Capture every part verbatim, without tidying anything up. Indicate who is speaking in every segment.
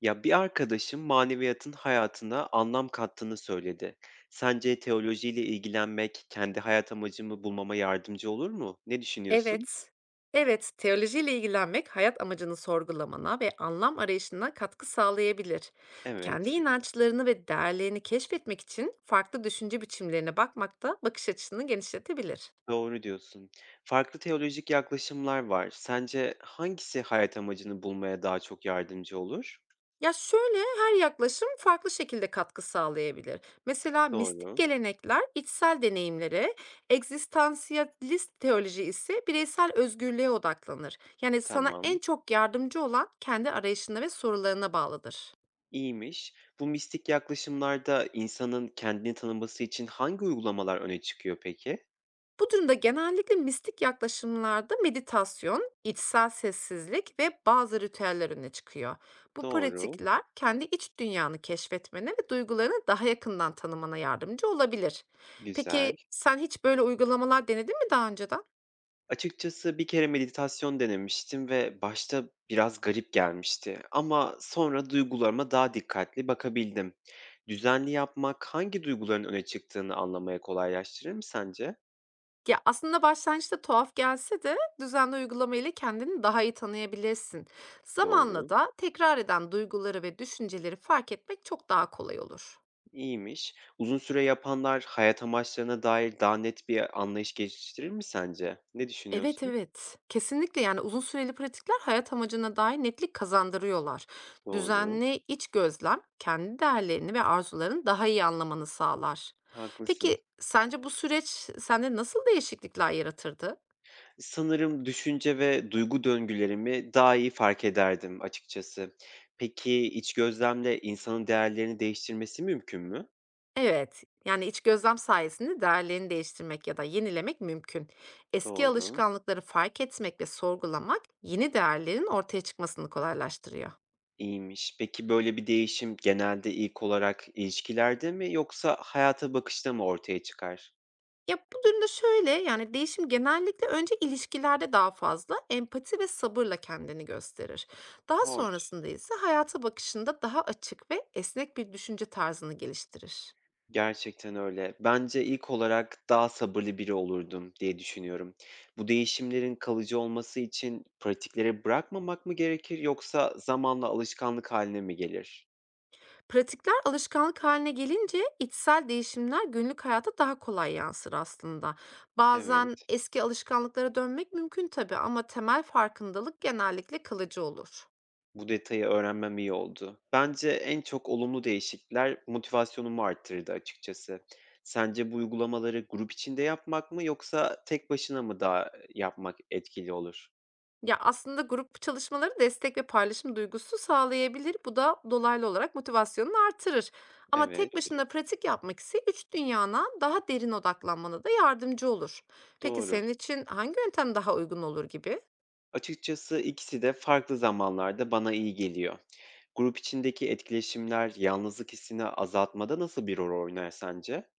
Speaker 1: Ya bir arkadaşım maneviyatın hayatına anlam kattığını söyledi. Sence teolojiyle ilgilenmek kendi hayat amacımı bulmama yardımcı olur mu? Ne düşünüyorsun?
Speaker 2: Evet. Evet, teolojiyle ilgilenmek hayat amacını sorgulamana ve anlam arayışına katkı sağlayabilir. Kendi
Speaker 1: Evet,
Speaker 2: inançlarını ve değerlerini keşfetmek için farklı düşünce biçimlerine bakmak da bakış açısını genişletebilir.
Speaker 1: doğru diyorsun. Farklı teolojik yaklaşımlar var. Sence hangisi hayat amacını bulmaya daha çok yardımcı olur?
Speaker 2: Ya şöyle her yaklaşım farklı şekilde katkı sağlayabilir. Mesela mistik
Speaker 1: Doğru,
Speaker 2: gelenekler içsel deneyimlere, egzistansiyalist teoloji ise bireysel özgürlüğe odaklanır. Yani sana
Speaker 1: tamam.
Speaker 2: en çok yardımcı olan kendi arayışına ve sorularına bağlıdır.
Speaker 1: İyiymiş. Bu mistik yaklaşımlarda insanın kendini tanıması için hangi uygulamalar öne çıkıyor peki?
Speaker 2: Bu durumda genellikle mistik yaklaşımlarda meditasyon, içsel sessizlik ve bazı ritüeller öne çıkıyor. Bu
Speaker 1: Doğru,
Speaker 2: pratikler kendi iç dünyanı keşfetmene ve duygularını daha yakından tanımana yardımcı olabilir.
Speaker 1: güzel.
Speaker 2: Peki sen hiç böyle uygulamalar denedin mi daha önceden?
Speaker 1: Açıkçası bir kere meditasyon denemiştim ve başta biraz garip gelmişti ama sonra duygularıma daha dikkatli bakabildim. Düzenli yapmak hangi duyguların öne çıktığını anlamaya kolaylaştırır mı sence?
Speaker 2: Ya aslında başlangıçta tuhaf gelse de düzenli uygulama ile kendini daha iyi tanıyabilirsin. Zamanla
Speaker 1: Doğru.
Speaker 2: da tekrar eden duyguları ve düşünceleri fark etmek çok daha kolay olur.
Speaker 1: İyiymiş. Uzun süre yapanlar hayat amaçlarına dair daha net bir anlayış geliştirir mi sence? Ne
Speaker 2: Evet,
Speaker 1: düşünüyorsun?
Speaker 2: evet. Kesinlikle, yani, uzun süreli pratikler hayat amacına dair netlik kazandırıyorlar.
Speaker 1: Doğru.
Speaker 2: Düzenli iç gözlem, kendi değerlerini ve arzularını daha iyi anlamanı sağlar.
Speaker 1: Haklısın.
Speaker 2: Peki, sence bu süreç sende nasıl değişiklikler yaratırdı?
Speaker 1: Sanırım düşünce ve duygu döngülerimi daha iyi fark ederdim açıkçası. Peki, iç gözlemle insanın değerlerini değiştirmesi mümkün mü?
Speaker 2: Evet, yani, iç gözlem sayesinde değerlerini değiştirmek ya da yenilemek mümkün. Eski
Speaker 1: Doğru,
Speaker 2: alışkanlıkları fark etmek ve sorgulamak yeni değerlerin ortaya çıkmasını kolaylaştırıyor.
Speaker 1: iyiymiş. Peki, böyle bir değişim genelde ilk olarak ilişkilerde mi yoksa hayata bakışta mı ortaya çıkar?
Speaker 2: Ya, bu durumda şöyle, yani, değişim genellikle önce ilişkilerde daha fazla empati ve sabırla kendini gösterir. Daha
Speaker 1: Hoş.
Speaker 2: sonrasında ise hayata bakışında daha açık ve esnek bir düşünce tarzını geliştirir.
Speaker 1: Gerçekten öyle. Bence ilk olarak daha sabırlı biri olurdum diye düşünüyorum. Bu değişimlerin kalıcı olması için pratiklere bırakmamak mı gerekir yoksa zamanla alışkanlık haline mi gelir?
Speaker 2: Pratikler alışkanlık haline gelince içsel değişimler günlük hayata daha kolay yansır aslında. Bazen
Speaker 1: Evet.
Speaker 2: eski alışkanlıklara dönmek mümkün tabii ama temel farkındalık genellikle kalıcı olur.
Speaker 1: Bu detayı öğrenmem iyi oldu. Bence en çok olumlu değişiklikler motivasyonumu arttırdı açıkçası. Sence bu uygulamaları grup içinde yapmak mı yoksa tek başına mı daha e, yapmak etkili olur?
Speaker 2: Ya, aslında grup çalışmaları destek ve paylaşım duygusu sağlayabilir. Bu da dolaylı olarak motivasyonunu artırır. Ama tek
Speaker 1: Evet,
Speaker 2: başına pratik yapmak ise iç dünyana daha derin odaklanmana da yardımcı olur. Peki
Speaker 1: doğru.
Speaker 2: senin için hangi yöntem daha uygun olur gibi?
Speaker 1: Açıkçası ikisi de farklı zamanlarda bana iyi geliyor. Grup içindeki etkileşimler yalnızlık hissini azaltmada nasıl bir rol oynar sence?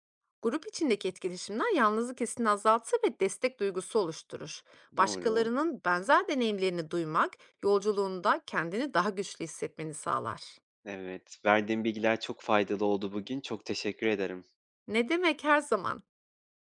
Speaker 2: Grup içindeki etkileşimler yalnızlık hissini azaltır ve destek duygusu oluşturur.
Speaker 1: Doğru.
Speaker 2: Başkalarının benzer deneyimlerini duymak, yolculuğunda kendini daha güçlü hissetmeni sağlar.
Speaker 1: Evet, verdiğim bilgiler çok faydalı oldu bugün. Çok teşekkür ederim.
Speaker 2: Ne demek her zaman?